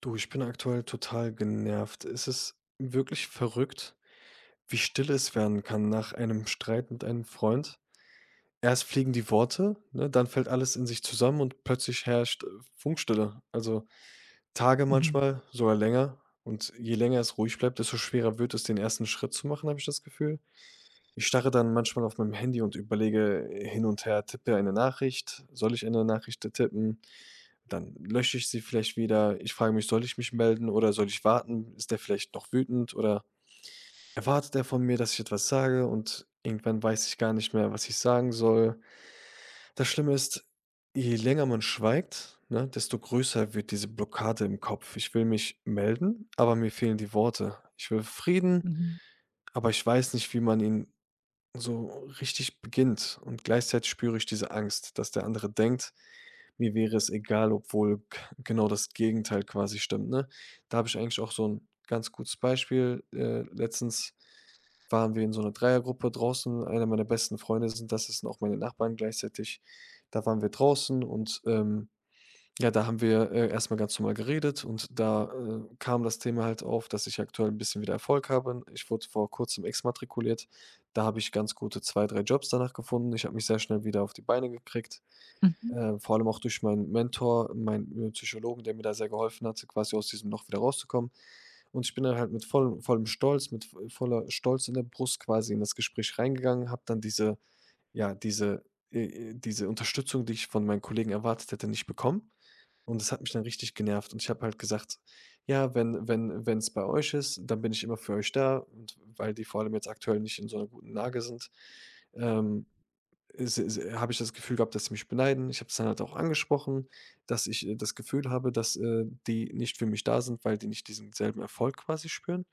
Du, ich bin aktuell total genervt. Es ist wirklich verrückt, wie still es werden kann nach einem Streit mit einem Freund. Erst fliegen die Worte, ne, dann fällt alles in sich zusammen und plötzlich herrscht Funkstille. Also Tage Mhm, manchmal, sogar länger. Und je länger es ruhig bleibt, desto schwerer wird es, den ersten Schritt zu machen, habe ich das Gefühl. Ich starre dann manchmal auf meinem Handy und überlege hin und her, tippe eine Nachricht, soll ich eine Nachricht tippen? Dann lösche ich sie vielleicht wieder. Ich frage mich, soll ich mich melden oder soll ich warten? Ist der vielleicht noch wütend oder erwartet er von mir, dass ich etwas sage und irgendwann weiß ich gar nicht mehr, was ich sagen soll. Das Schlimme ist, je länger man schweigt, ne, desto größer wird diese Blockade im Kopf. Ich will mich melden, aber mir fehlen die Worte. Ich will Frieden, mhm, aber ich weiß nicht, wie man ihn so richtig beginnt, und gleichzeitig spüre ich diese Angst, dass der andere denkt, mir wäre es egal, obwohl g genau das Gegenteil quasi stimmt, ne? Da habe ich eigentlich auch so ein ganz gutes Beispiel. Letztens waren wir in so einer Dreiergruppe draußen. Einer meiner besten Freunde sind das, das sind auch meine Nachbarn gleichzeitig. Da waren wir draußen und, ja, da haben wir, erst ganz normal geredet, und da, kam das Thema halt auf, dass ich aktuell ein bisschen wieder Erfolg habe. Ich wurde vor Kurzem exmatrikuliert. Da habe ich ganz gute 2, 3 Jobs danach gefunden. Ich habe mich sehr schnell wieder auf die Beine gekriegt, mhm. Vor allem auch durch meinen Mentor, meinen, Psychologen, der mir da sehr geholfen hat, quasi aus diesem Loch wieder rauszukommen. Und ich bin dann halt mit vollem Stolz, mit v voller Stolz in der Brust quasi in das Gespräch reingegangen, habe dann ja, diese, diese Unterstützung, die ich von meinen Kollegen erwartet hätte, nicht bekommen. Und das hat mich dann richtig genervt, und ich habe halt gesagt: „Ja, wenn es bei euch ist, dann bin ich immer für euch da.“ Und weil die vor allem jetzt aktuell nicht in so einer guten Lage sind, ähm, s s habe ich das Gefühl gehabt, dass sie mich beneiden. Ich habe es dann halt auch angesprochen, dass ich, das Gefühl habe, dass, die nicht für mich da sind, weil die nicht diesen selben Erfolg quasi spüren.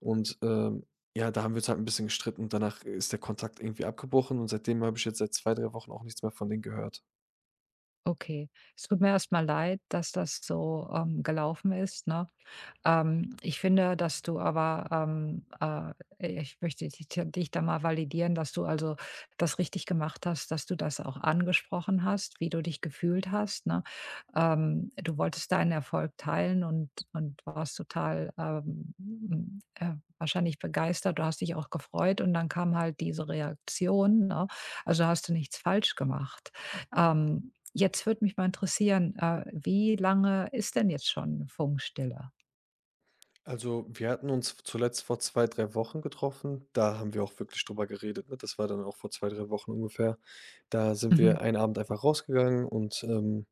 Und, ja, da haben wir uns halt ein bisschen gestritten, und danach ist der Kontakt irgendwie abgebrochen, und seitdem habe ich jetzt seit 2 3 Wochen auch nichts mehr von denen gehört. Okay. Es tut mir erstmal leid, dass das so, gelaufen ist, ne? Ich finde, dass du aber, ich möchte dich da mal validieren, dass du also das richtig gemacht hast, dass du das auch angesprochen hast, wie du dich gefühlt hast, ne? Du wolltest deinen Erfolg teilen und warst total, wahrscheinlich begeistert. Du hast dich auch gefreut und dann kam halt diese Reaktion, ne? Also, hast du nichts falsch gemacht. Jetzt würde mich mal interessieren, wie lange ist denn jetzt schon Funkstille? Also, wir hatten uns zuletzt vor 2, 3 Wochen getroffen. Da haben wir auch wirklich drüber geredet, ne? Das war dann auch vor 2, 3 Wochen ungefähr. Da sind Mhm. wir einen Abend einfach rausgegangen, und,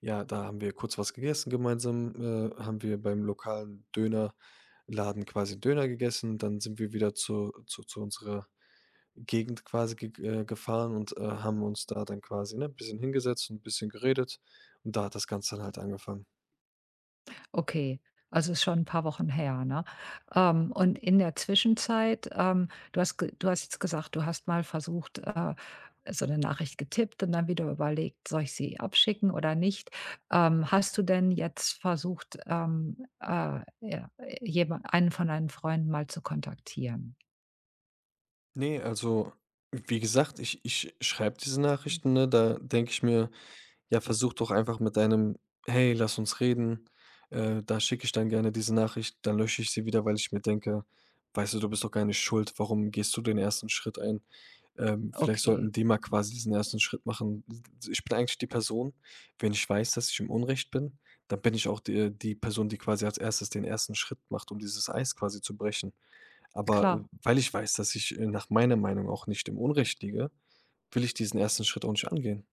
ja, da haben wir kurz was gegessen gemeinsam, haben wir beim lokalen Dönerladen quasi 'n Döner gegessen. Dann sind wir wieder zu unserer Gegend quasi ge gefahren, und, haben uns da dann quasi, ne, ein bisschen hingesetzt und ein bisschen geredet. Und da hat das Ganze dann halt angefangen. Okay, also ist schon ein paar Wochen her, ne? Und in der Zwischenzeit, du hast jetzt gesagt, du hast mal versucht, so 'ne Nachricht getippt und dann wieder überlegt: „Soll ich sie abschicken oder nicht?“ hast du denn jetzt versucht, ja, jemand einen von deinen Freunden mal zu kontaktieren? Nee, also, wie gesagt, ich schreibe diese Hm. Nachrichten, ne? Da denke ich mir: „Ja, versuch doch einfach mit deinem, ‚Hey, lass uns reden‘“, da schicke ich dann gerne diese Nachricht, dann lösche ich sie wieder, weil ich mir denke: „Weißt du, du bist doch gar nicht schuld. Warum gehst du den ersten Schritt ein?“ vielleicht Okay, sollten die mal quasi diesen ersten Schritt machen. Ich bin eigentlich die Person, wenn ich weiß, dass ich im Unrecht bin, dann bin ich auch die Person, die quasi als Erstes den ersten Schritt macht, um dieses Eis quasi zu brechen. Aber, klar. weil ich weiß, dass ich, nach meiner Meinung auch nicht im Unrecht liege, will ich diesen ersten Schritt auch nicht angehen.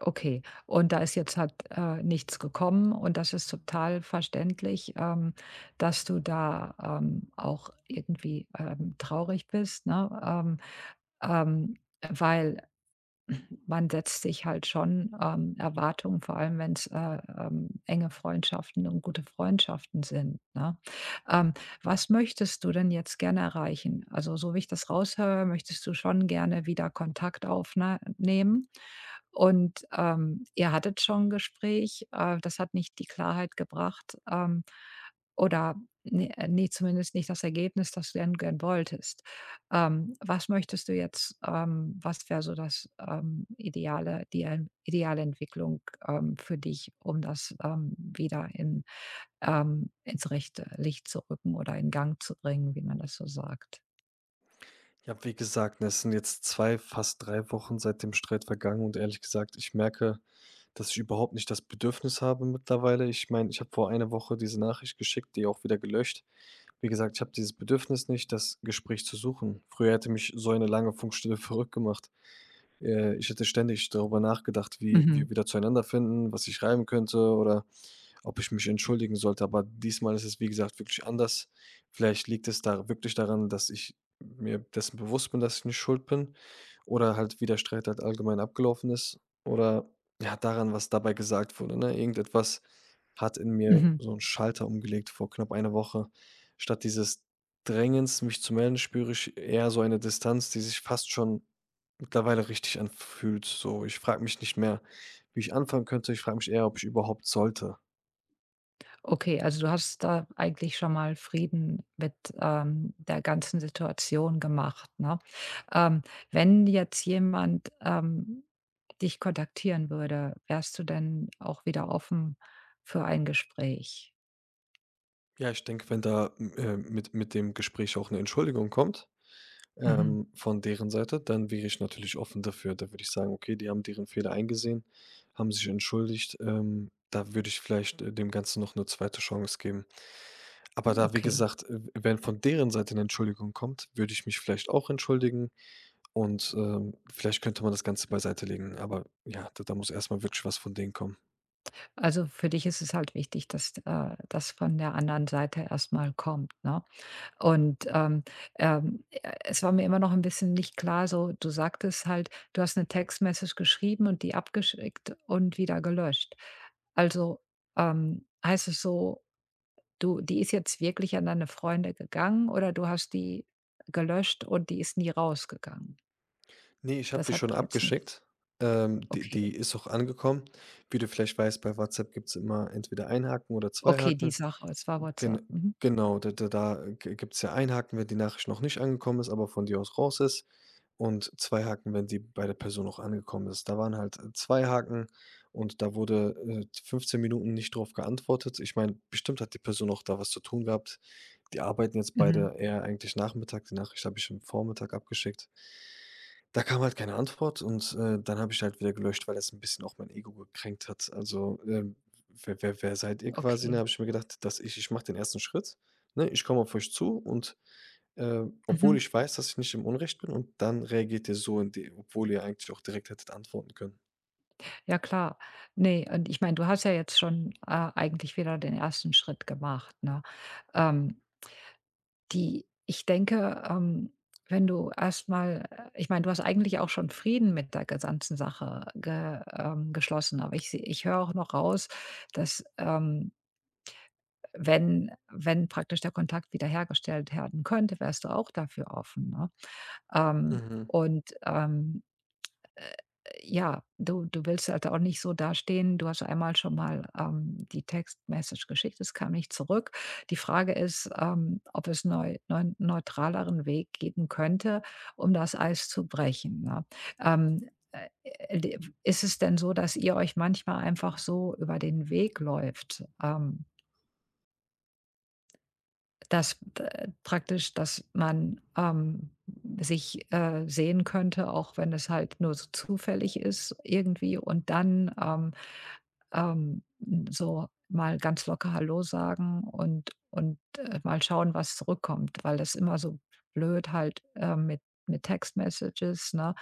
Okay, und da ist jetzt halt, nichts gekommen und das ist total verständlich, dass du da, auch irgendwie, traurig bist, ne? Ähm, weil man setzt sich halt schon, Erwartungen, vor allem wenn's, enge Freundschaften und gute Freundschaften sind, ne? Ähm, was möchtest du denn jetzt gerne erreichen? Also, so wie ich das raushöre, möchtest du schon gerne wieder Kontakt aufnehmen? Und, ihr hattet schon 'n Gespräch, das hat nicht die Klarheit gebracht, oder nee, ne, zumindest nicht das Ergebnis, das du gern wolltest. Was möchtest du jetzt was wäre so das, ideale die ein ideale Entwicklung, für dich, um das, wieder in ins rechte Licht zu rücken oder in Gang zu bringen, wie man das so sagt? Ich habe, wie gesagt, ne, es sind jetzt 2, fast 3 Wochen seit dem Streit vergangen, und ehrlich gesagt, ich merke, dass ich überhaupt nicht das Bedürfnis habe mittlerweile. Ich meine, ich habe vor einer Woche diese Nachricht geschickt, die auch wieder gelöscht. Wie gesagt, ich habe dieses Bedürfnis nicht, das Gespräch zu suchen. Früher hätte mich so eine lange Funkstille verrückt gemacht. Ich hätte ständig darüber nachgedacht, wie Mhm. wir wieder zueinander finden, was ich schreiben könnte oder ob ich mich entschuldigen sollte, aber diesmal ist es, wie gesagt, wirklich anders. Vielleicht liegt es da wirklich daran, dass ich mir dessen bewusst bin, dass ich nicht schuld bin, oder halt, wie der Streit halt allgemein abgelaufen ist, oder, ja, daran, was dabei gesagt wurde, ne? Irgendetwas hat in mir Mhm. so einen Schalter umgelegt vor knapp einer Woche. Statt dieses Drängens, mich zu melden, spüre ich eher so eine Distanz, die sich fast schon mittlerweile richtig anfühlt. So, ich frage mich nicht mehr, wie ich anfangen könnte. Ich frage mich eher, ob ich überhaupt sollte. Okay, also du hast da eigentlich schon mal Frieden mit, der ganzen Situation gemacht, ne? Ähm, wenn jetzt jemand, dich kontaktieren würde, wärst du denn auch wieder offen für ein Gespräch? Ja, ich denke, wenn da, m mit dem Gespräch auch eine Entschuldigung kommt, Mhm, von deren Seite, dann wäre ich natürlich offen dafür. Da würde ich sagen: „Okay, die haben deren Fehler eingesehen, haben sich entschuldigt.“ da würde ich vielleicht, dem Ganzen noch 'ne zweite Chance geben. Aber da, wie okay. gesagt, wenn von deren Seite eine Entschuldigung kommt, würde ich mich vielleicht auch entschuldigen, und, vielleicht könnte man das Ganze beiseite legen. Aber ja, da muss erst mal wirklich was von denen kommen. Also für dich ist es halt wichtig, dass, das von der anderen Seite erstmal kommt, ne? Und, es war mir immer noch ein bisschen nicht klar, so du sagtest halt, du hast eine Textmessage geschrieben und die abgeschickt und wieder gelöscht. Also, heißt es so, du die ist jetzt wirklich an deine Freunde gegangen oder du hast die gelöscht und die ist nie rausgegangen? Ne, ich habe Das die hatte schon ich jetzt nicht. abgeschickt. Die Okay, die ist auch angekommen. Wie du vielleicht weißt, bei WhatsApp gibt's immer entweder 1 Haken oder 2 okay, die Haken. Sache, es war WhatsApp. Gen Mhm. genau, da da da g gibt's ja 1 Haken, wenn die Nachricht noch nicht angekommen ist, aber von dir aus raus ist, und 2 Haken, wenn die bei der Person noch angekommen ist. Da waren halt, 2 Haken, und da wurde, 15 Minuten nicht drauf geantwortet. Ich meine, bestimmt hat die Person auch da was zu tun gehabt. Die arbeiten jetzt Mhm. beide eher eigentlich Nachmittag, die Nachricht habe ich am Vormittag abgeschickt. Da kam halt keine Antwort, und, dann habe ich halt wieder gelöscht, weil das ein bisschen auch mein Ego gekränkt hat. Also, ähm, wer seid ihr quasi, ne, Okay. habe ich mir gedacht, dass ich mache den ersten Schritt, ne? Ich komme auf euch zu, und, obwohl Mhm. ich weiß, dass ich nicht im Unrecht bin, und dann reagiert ihr so in die, obwohl ihr eigentlich auch direkt hättet antworten können. Ja klar. Ne, und ich meine, du hast ja jetzt schon, eigentlich wieder den ersten Schritt gemacht, ne? Ähm, die ich denke, wenn du erstmal, ich meine, du hast eigentlich auch schon Frieden mit der gesamten Sache ge geschlossen, aber ich höre auch noch raus, dass, wenn praktisch der Kontakt wiederhergestellt werden könnte, wärst du auch dafür offen, ne? Ähm, Mhm. und, ja, du willst halt auch nicht so dastehen. Du hast einmal schon mal, die Textmessage geschickt, es kam nicht zurück. Die Frage ist, ob es neutraleren Weg geben könnte, um das Eis zu brechen, ne? Ähm, äh, äh, ist es denn so, dass ihr euch manchmal einfach so über den Weg läuft? Dass praktisch, dass man, sich, sehen könnte, auch wenn es halt nur so zufällig ist irgendwie und dann, ähm, so mal ganz locker „Hallo“ sagen und mal schauen, was zurückkommt, weil das immer so blöd halt, mit Text Messages, ne?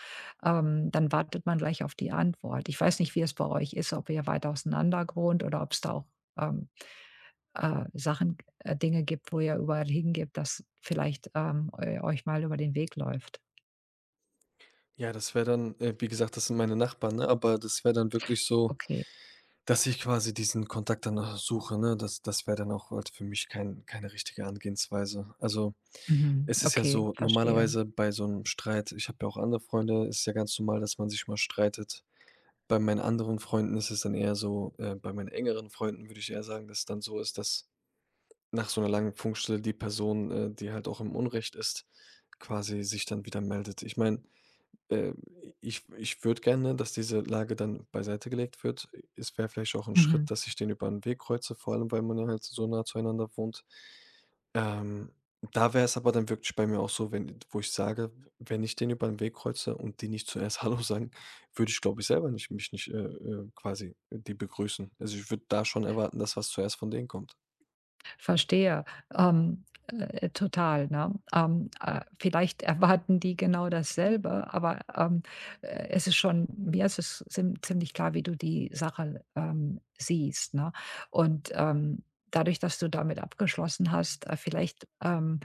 Dann wartet man gleich auf die Antwort. Ich weiß nicht, wie es bei euch ist, ob ihr weit auseinander wohnt oder ob es da auch, ähm Sachen Dinge gibt, wo ihr überall hingebt, das vielleicht, eu euch mal über den Weg läuft. Ja, das wäre dann wie gesagt, das sind meine Nachbarn, ne, aber das wäre dann wirklich so, Okay. dass ich quasi diesen Kontakt danach suche, ne? Das wäre dann auch halt für mich keine richtige Angehensweise. Also, Mhm. es ist ja Okay, so, verstehe. normalerweise bei so einem Streit, ich habe ja auch andere Freunde, ist ja ganz normal, dass man sich mal streitet. Bei meinen anderen Freunden ist es dann eher so, bei meinen engeren Freunden würde ich eher sagen, dass es dann so ist, dass nach so einer langen Funkstille die Person, die halt auch im Unrecht ist, quasi sich dann wieder meldet. Ich meine, äh, ich würde gerne, dass diese Lage dann beiseite gelegt wird. Es wäre vielleicht auch ein Mhm. Schritt, dass ich den über 'n Weg kreuze, vor allem, weil man ja halt so nah zueinander wohnt. Ähm, da wäre es aber dann wirklich bei mir auch so, wenn, wo ich sage, wenn ich den über den Weg kreuze und die nicht zuerst „Hallo“ sagen, würde ich, glaube ich, selber nicht mich nicht, quasi die begrüßen. Also, ich würde da schon erwarten, dass was zuerst von denen kommt. Verstehe. Total, ne? Vielleicht erwarten die genau dasselbe, aber, es ist schon mir ist es ziemlich klar, wie du die Sache, siehst, ne? Und, dadurch, dass du damit abgeschlossen hast, vielleicht,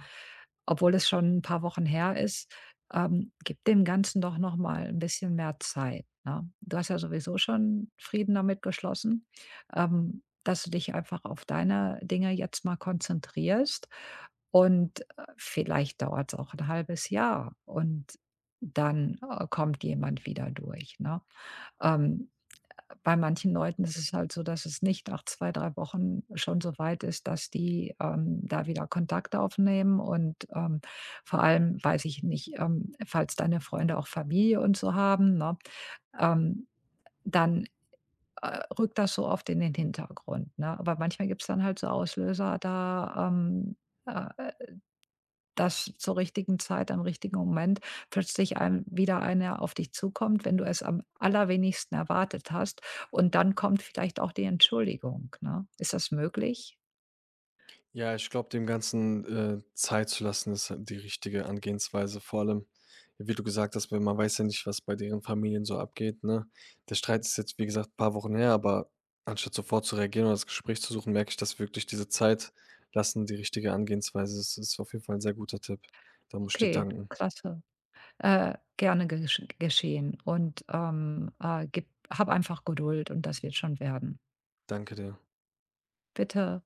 obwohl es schon ein paar Wochen her ist, gib dem Ganzen doch noch mal ein bisschen mehr Zeit, ne? Du hast ja sowieso schon Frieden damit geschlossen. Ähm dass du dich einfach auf deine Dinge jetzt mal konzentrierst und, vielleicht dauert es auch ein halbes Jahr und dann, kommt jemand wieder durch, ne? Ähm, bei manchen Leuten ist es halt so, dass es nicht nach 2 3 Wochen schon so weit ist, dass die, da wieder Kontakt aufnehmen und, vor allem weiß ich nicht, falls deine Freunde auch Familie und so haben, ne, ähm, dann rückt das so oft in den Hintergrund, ne? Aber manchmal gibt es dann halt so Auslöser, da, äh, dass zur richtigen Zeit, am richtigen Moment plötzlich einem wieder einer auf dich zukommt, wenn du es am allerwenigsten erwartet hast. Und dann kommt vielleicht auch die Entschuldigung, ne? Ist das möglich? Ja, ich glaube, dem Ganzen, Zeit zu lassen, ist die richtige Angehensweise. Vor allem, wie du gesagt hast, weil man weiß ja nicht, was bei deren Familien so abgeht, ne? Der Streit ist jetzt, wie gesagt, ein paar Wochen her, aber anstatt sofort zu reagieren oder das Gespräch zu suchen, merke ich, dass wirklich diese Zeit lassen die richtige Angehensweise ist. Ist auf jeden Fall ein sehr guter Tipp. Da muss ich dir Okay, danken. klasse. Gerne geschehen und, gib hab einfach Geduld und das wird schon werden. Danke dir. Bitte.